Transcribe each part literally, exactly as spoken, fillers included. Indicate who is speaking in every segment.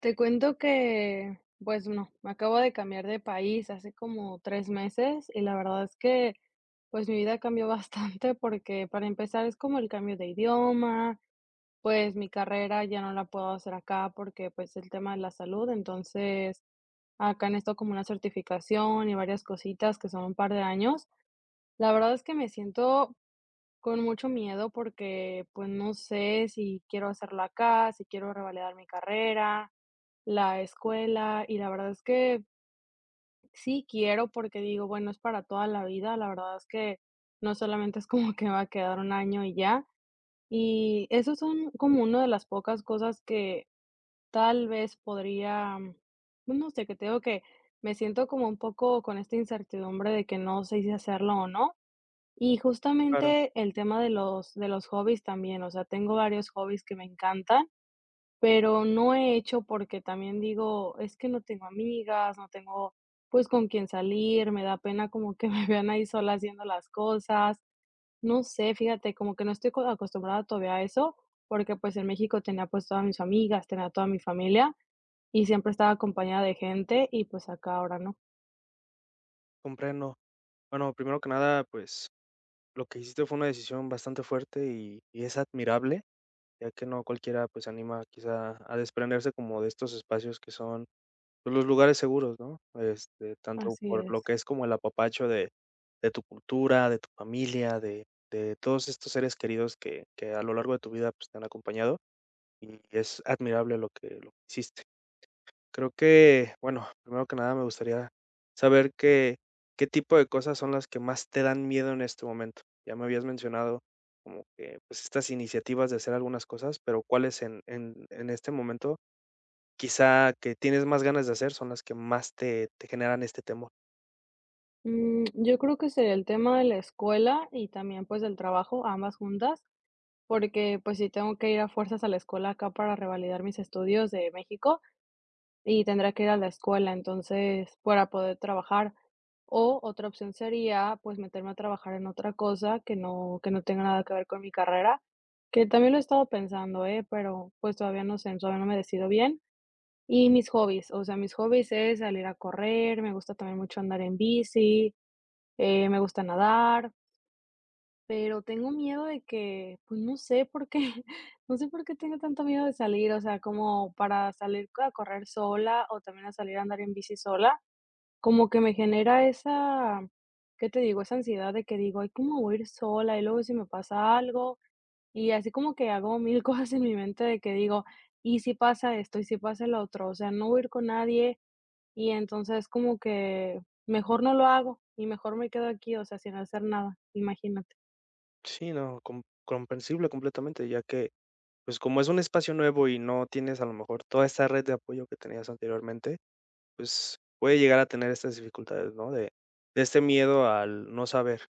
Speaker 1: Te cuento que, pues no, me acabo de cambiar de país hace como tres meses y la verdad es que, pues mi vida cambió bastante porque para empezar es como el cambio de idioma, pues mi carrera ya no la puedo hacer acá porque pues el tema de la salud, entonces acá necesito como una certificación y varias cositas que son un par de años. La verdad es que me siento con mucho miedo porque pues no sé si quiero hacerlo acá, si quiero revalidar mi carrera. La escuela, y la verdad es que sí quiero, porque digo, bueno, es para toda la vida, la verdad es que no solamente es como que va a quedar un año y ya. Y esos son como una de las pocas cosas que tal vez podría, pues, no sé, que te digo que me siento como un poco con esta incertidumbre de que no sé si hacerlo o no. Y
Speaker 2: Claro,
Speaker 1: justamente el tema de los de los hobbies también, o sea, tengo varios hobbies que me encantan pero no he hecho porque también digo: "Es que no tengo amigas, no tengo, pues, con quién salir, me da pena como que me vean ahí sola haciendo las cosas". No sé, fíjate, como que no estoy co acostumbrada todavía a eso, porque, pues, en México tenía, pues, todas mis amigas, tenía toda mi familia y siempre estaba acompañada de gente y, pues, acá ahora no.
Speaker 2: comprendo. Bueno, primero que nada, pues lo que hiciste fue una decisión bastante fuerte y, y es admirable, ya que no cualquiera pues se anima quizá a desprenderse como de estos espacios que son pues, los lugares seguros, ¿no? Este, tanto
Speaker 1: Así
Speaker 2: por lo
Speaker 1: es.
Speaker 2: que es como el apapacho de, de tu cultura, de tu familia, de, de todos estos seres queridos que, que a lo largo de tu vida pues te han acompañado y es admirable lo que, lo que hiciste. Creo que, bueno, primero que nada me gustaría saber qué, qué tipo de cosas son las que más te dan miedo en este momento. Ya me habías mencionado como que pues estas iniciativas de hacer algunas cosas, pero cuáles en, en, en este momento quizá que tienes más ganas de hacer son las que más te, te generan este temor.
Speaker 1: Mm, yo creo que sería el tema de la escuela y también, pues, del trabajo, ambas juntas, porque, pues, sí tengo que ir a fuerzas a la escuela acá para revalidar mis estudios de México y tendría que ir a la escuela, entonces, para poder trabajar. O otra opción sería, pues, meterme a trabajar en otra cosa que no que no tenga nada que ver con mi carrera, que también lo he estado pensando, ¿eh? Pero, pues, todavía no sé, todavía no me decido bien. Y mis hobbies, o sea, mis hobbies es salir a correr, me gusta también mucho andar en bici, eh, me gusta nadar. Pero tengo miedo de que, pues, no sé por qué, no sé por qué tengo tanto miedo de salir, o sea, como para salir a correr sola o también a salir a andar en bici sola, como que me genera esa, ¿qué te digo? Esa ansiedad de que digo: "Ay, ¿cómo voy a ir sola? Y luego, si me pasa algo?". Y así como que hago mil cosas en mi mente de que digo: "¿Y si pasa esto? ¿Y si pasa el otro?". O sea, no voy a ir con nadie y entonces como que mejor no lo hago y mejor me quedo aquí, o sea, sin hacer nada, imagínate.
Speaker 2: Sí, no, com- comprensible completamente, ya que pues como es un espacio nuevo y no tienes a lo mejor toda esta red de apoyo que tenías anteriormente, pues, puede llegar a tener estas dificultades, ¿no? De de este miedo al no saber.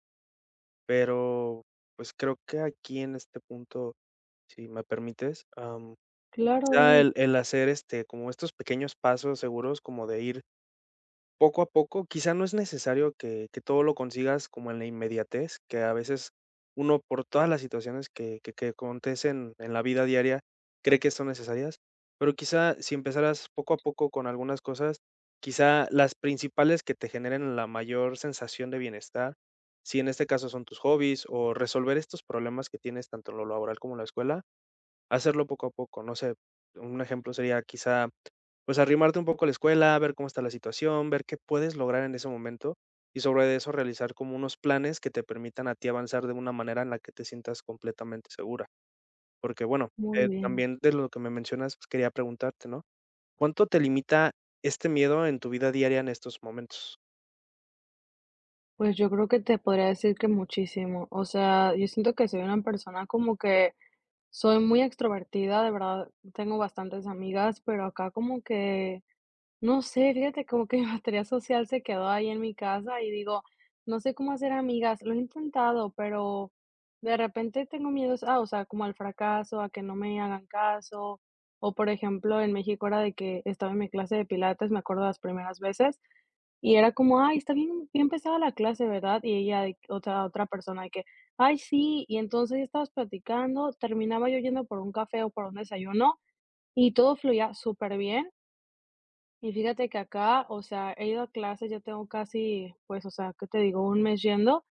Speaker 2: Pero, pues, creo que aquí en este punto, si me permites, am,
Speaker 1: Claro,
Speaker 2: quizá
Speaker 1: dime.
Speaker 2: el el hacer, este, como estos pequeños pasos seguros, como de ir poco a poco, quizá no es necesario que que todo lo consigas como en la inmediatez, que a veces uno por todas las situaciones que que que acontecen en la vida diaria cree que son necesarias, pero quizá si empezaras poco a poco con algunas cosas, quizá las principales que te generen la mayor sensación de bienestar, si en este caso son tus hobbies o resolver estos problemas que tienes tanto en lo laboral como en la escuela, hacerlo poco a poco, no sé, un ejemplo sería quizá, pues, arrimarte un poco a la escuela, ver cómo está la situación, ver qué puedes lograr en ese momento y sobre eso realizar como unos planes que te permitan a ti avanzar de una manera en la que te sientas completamente segura. Porque, bueno,
Speaker 1: Muy
Speaker 2: eh,
Speaker 1: bien.
Speaker 2: también de lo que me mencionas, pues, quería preguntarte, ¿no? ¿Cuánto te limita este miedo en tu vida diaria en estos momentos?
Speaker 1: Pues yo creo que te podría decir que muchísimo. O sea, yo siento que soy una persona como que soy muy extrovertida, de verdad tengo bastantes amigas, pero acá como que no sé, fíjate como que mi batería social se quedó ahí en mi casa y digo, no sé cómo hacer amigas, lo he intentado, pero de repente tengo miedos, ah, o sea, como al fracaso, a que no me hagan caso, o por ejemplo, en México era de que estaba en mi clase de pilates, me acuerdo las primeras veces, y era como, ay, está bien, bien pesada la clase, ¿verdad? Y ella, de- otra, otra persona, de que, ay, sí, y entonces ya estabas platicando, terminaba yo yendo por un café o por un desayuno, y todo fluía súper bien. Y fíjate que acá, o sea, he ido a clases, ya tengo casi, pues, o sea, ¿qué te digo? Un mes yendo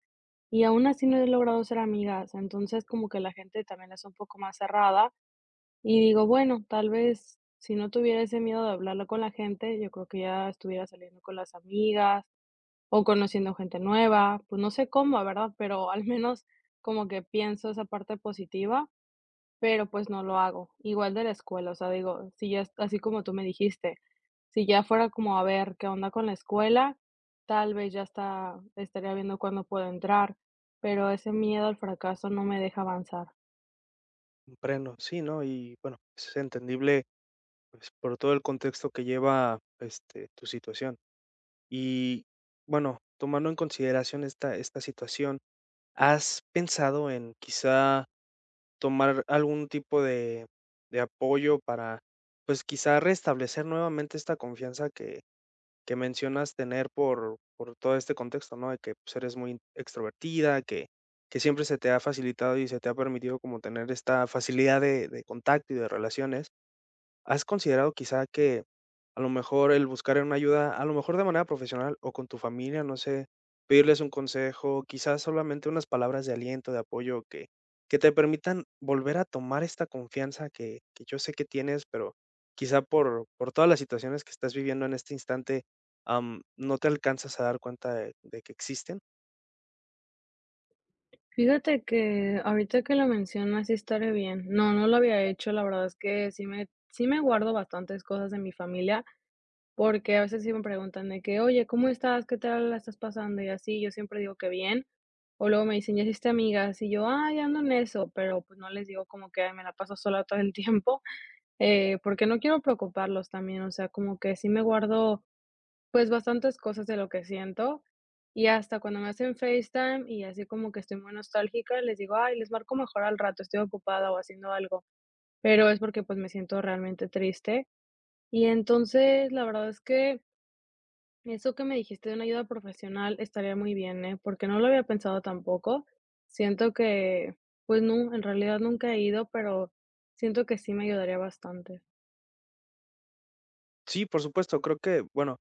Speaker 1: y aún así no he logrado ser amigas. Entonces, como que la gente también es un poco más cerrada y digo, bueno, tal vez si no tuviera ese miedo de hablarlo con la gente, yo creo que ya estuviera saliendo con las amigas o conociendo gente nueva, pues no sé cómo, ¿verdad? Pero al menos como que pienso esa parte positiva. Pero, pues, no lo hago. Igual de la escuela, o sea, digo, si ya es así como tú me dijiste, si ya fuera como a ver qué onda con la escuela, tal vez ya está estaría viendo cuándo puedo entrar, pero ese miedo al fracaso no me deja avanzar.
Speaker 2: Comprendo, sí, ¿no? Y bueno, es entendible, pues, por todo el contexto que lleva, este, tu situación. Y bueno, tomando en consideración esta esta situación, ¿has pensado en quizá tomar algún tipo de de apoyo para, pues, quizá restablecer nuevamente esta confianza que que mencionas tener por por todo este contexto, ¿no? De que, pues, eres muy extrovertida, que que siempre se te ha facilitado y se te ha permitido como tener esta facilidad de de contacto y de relaciones. ¿Has considerado quizá que a lo mejor el buscar una ayuda, a lo mejor de manera profesional o con tu familia, no sé, pedirles un consejo, quizás solamente unas palabras de aliento, de apoyo que, que te permitan volver a tomar esta confianza que, que yo sé que tienes, pero quizá por, por todas las situaciones que estás viviendo en este instante, am, no te alcanzas a dar cuenta de de que existen?
Speaker 1: Fíjate que ahorita que lo mencionas, sí estaré bien. No, no lo había hecho, la verdad es que sí me sí me guardo bastantes cosas de mi familia, porque a veces sí me preguntan de que: "Oye, ¿cómo estás? ¿Qué tal la estás pasando?", y así, yo siempre digo que bien, o luego me dicen: "¿Ya hiciste amigas?", y yo: "Ay, ando en eso", pero, pues, no les digo como que: "Ay, me la paso sola todo el tiempo", eh, porque no quiero preocuparlos también, o sea, como que sí me guardo, pues, bastantes cosas de lo que siento, y hasta cuando me hacen FaceTime y así como que estoy muy nostálgica, les digo: "Ay, les marco mejor al rato, estoy ocupada o haciendo algo", pero es porque, pues, me siento realmente triste, y entonces, la verdad es que eso que me dijiste de una ayuda profesional estaría muy bien, ¿eh? Porque no lo había pensado tampoco. Siento que, pues no, en realidad nunca he ido, pero siento que sí me ayudaría bastante.
Speaker 2: Sí, por supuesto, creo que, bueno,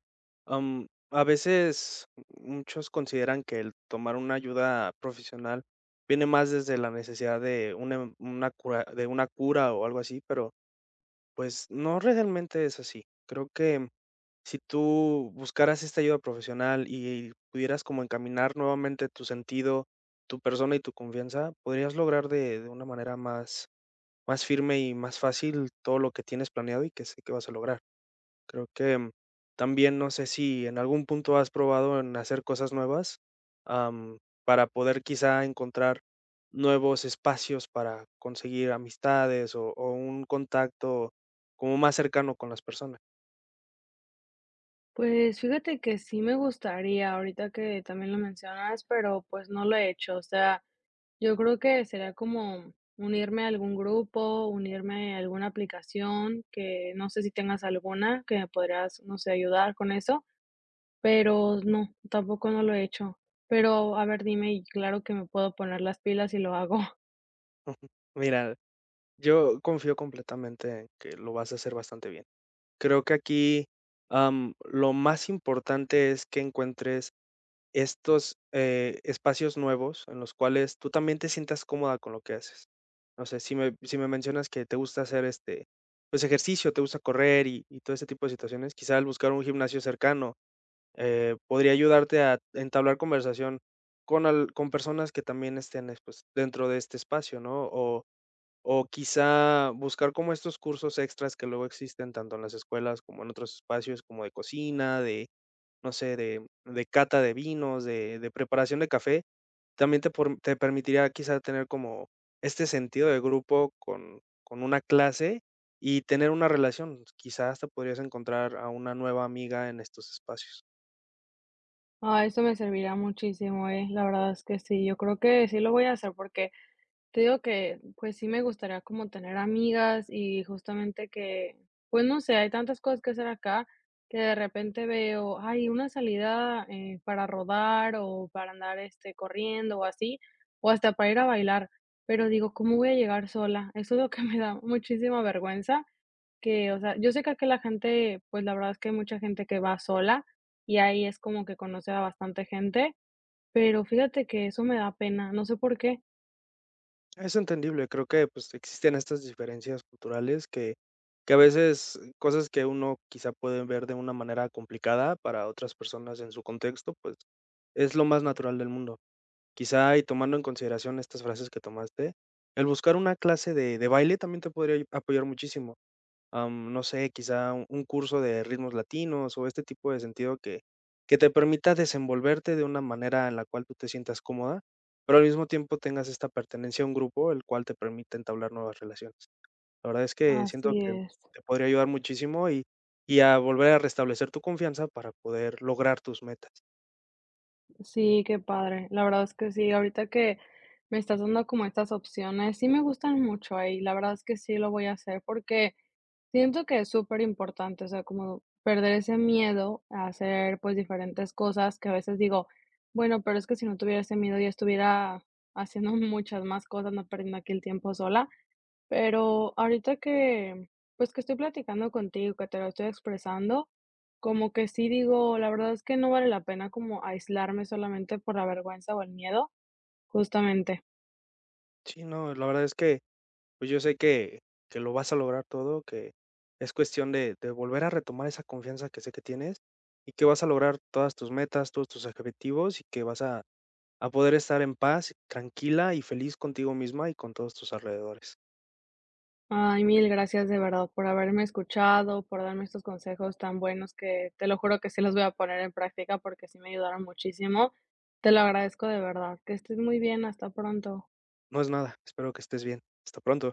Speaker 2: am, a veces muchos consideran que el tomar una ayuda profesional viene más desde la necesidad de una, una cura, de una cura o algo así, pero pues no realmente es así. Creo que si tú buscaras esta ayuda profesional y pudieras como encaminar nuevamente tu sentido, tu persona y tu confianza, podrías lograr de, de una manera más, más firme y más fácil todo lo que tienes planeado y que sé que vas a lograr. Creo que mm, también no sé si en algún punto has probado en hacer cosas nuevas, am, para poder quizá encontrar nuevos espacios para conseguir amistades o, o un contacto como más cercano con las personas.
Speaker 1: Pues fíjate que sí me gustaría, ahorita que también lo mencionas, pero pues no lo he hecho. O sea, yo creo que sería como unirme a algún grupo, unirme a alguna aplicación, que no sé si tengas alguna que me podrías, no sé, ayudar con eso. Pero no, tampoco no lo he hecho. Pero, a ver, dime, y claro que me puedo poner las pilas y lo hago.
Speaker 2: Mira, yo confío completamente en que lo vas a hacer bastante bien. Creo que aquí am, lo más importante es que encuentres estos, eh, espacios nuevos en los cuales tú también te sientas cómoda con lo que haces. No sé, si me si me mencionas que te gusta hacer, este, pues, ejercicio, te gusta correr y y todo ese tipo de situaciones, quizá el buscar un gimnasio cercano, eh, podría ayudarte a entablar conversación con al con personas que también estén, eh, pues, dentro de este espacio, ¿no? O o quizá buscar como estos cursos extras que luego existen tanto en las escuelas como en otros espacios, como de cocina, de no sé, de de cata de vinos, de de preparación de café, también te por te permitiría quizá tener como este sentido de grupo con con una clase y tener una relación. Quizá hasta podrías encontrar a una nueva amiga en estos espacios.
Speaker 1: Ah, eso me servirá muchísimo, eh, la verdad es que sí, yo creo que sí lo voy a hacer porque te digo que, pues, sí me gustaría como tener amigas y justamente que, pues, no sé, hay tantas cosas que hacer acá que de repente veo, ay, una salida, eh, para rodar o para andar, este, corriendo o así, o hasta para ir a bailar, pero digo, ¿cómo voy a llegar sola? Eso es lo que me da muchísima vergüenza. Que, o sea, yo sé que aquí la gente, pues, la verdad es que hay mucha gente que va sola, y ahí es como que conoce a bastante gente, pero fíjate que eso me da pena, no sé por qué.
Speaker 2: Es entendible, creo que, pues, existen estas diferencias culturales que que a veces eh, cosas que uno quizá puede ver de una manera complicada, para otras personas en su contexto, pues, es lo más natural del mundo. Quizá, y tomando en consideración estas frases que tomaste, el buscar una clase de de baile también te podría ayu- apoyar muchísimo. Am, no sé, quizá un un curso de ritmos latinos o este tipo de sentido que que te permita desenvolverte de una manera en la cual tú te sientas cómoda, pero al mismo tiempo tengas esta pertenencia a un grupo, el cual te permite entablar nuevas relaciones. La verdad es que siento
Speaker 1: Así
Speaker 2: que
Speaker 1: es.
Speaker 2: te podría ayudar muchísimo y y a volver a restablecer tu confianza para poder lograr tus metas.
Speaker 1: Sí, qué padre. La verdad es que sí, ahorita que me estás dando como estas opciones, sí me gustan mucho, ahí la verdad es que sí lo voy a hacer porque siento que es súper importante, o sea, como perder ese miedo a hacer, pues, diferentes cosas que a veces digo: "Bueno, pero es que si no tuviera ese miedo ya estuviera haciendo muchas más cosas, no perdiendo aquí el tiempo sola". Pero ahorita que, pues, que estoy platicando contigo, que te lo estoy expresando, como que sí digo, la verdad es que no vale la pena como aislarme solamente por la vergüenza o el miedo, justamente.
Speaker 2: Sí, no, la verdad es que pues yo sé que que lo vas a lograr todo, que es cuestión de de volver a retomar esa confianza que sé que tienes y que vas a lograr todas tus metas, todos tus objetivos y que vas a a poder estar en paz, tranquila y feliz contigo misma y con todos tus alrededores.
Speaker 1: Ay, mil gracias de verdad por haberme escuchado, por darme estos consejos tan buenos que te lo juro que sí los voy a poner en práctica porque sí me ayudaron muchísimo. Te lo agradezco de verdad. Que estés muy bien. Hasta pronto.
Speaker 2: No es nada, espero que estés bien. Hasta pronto.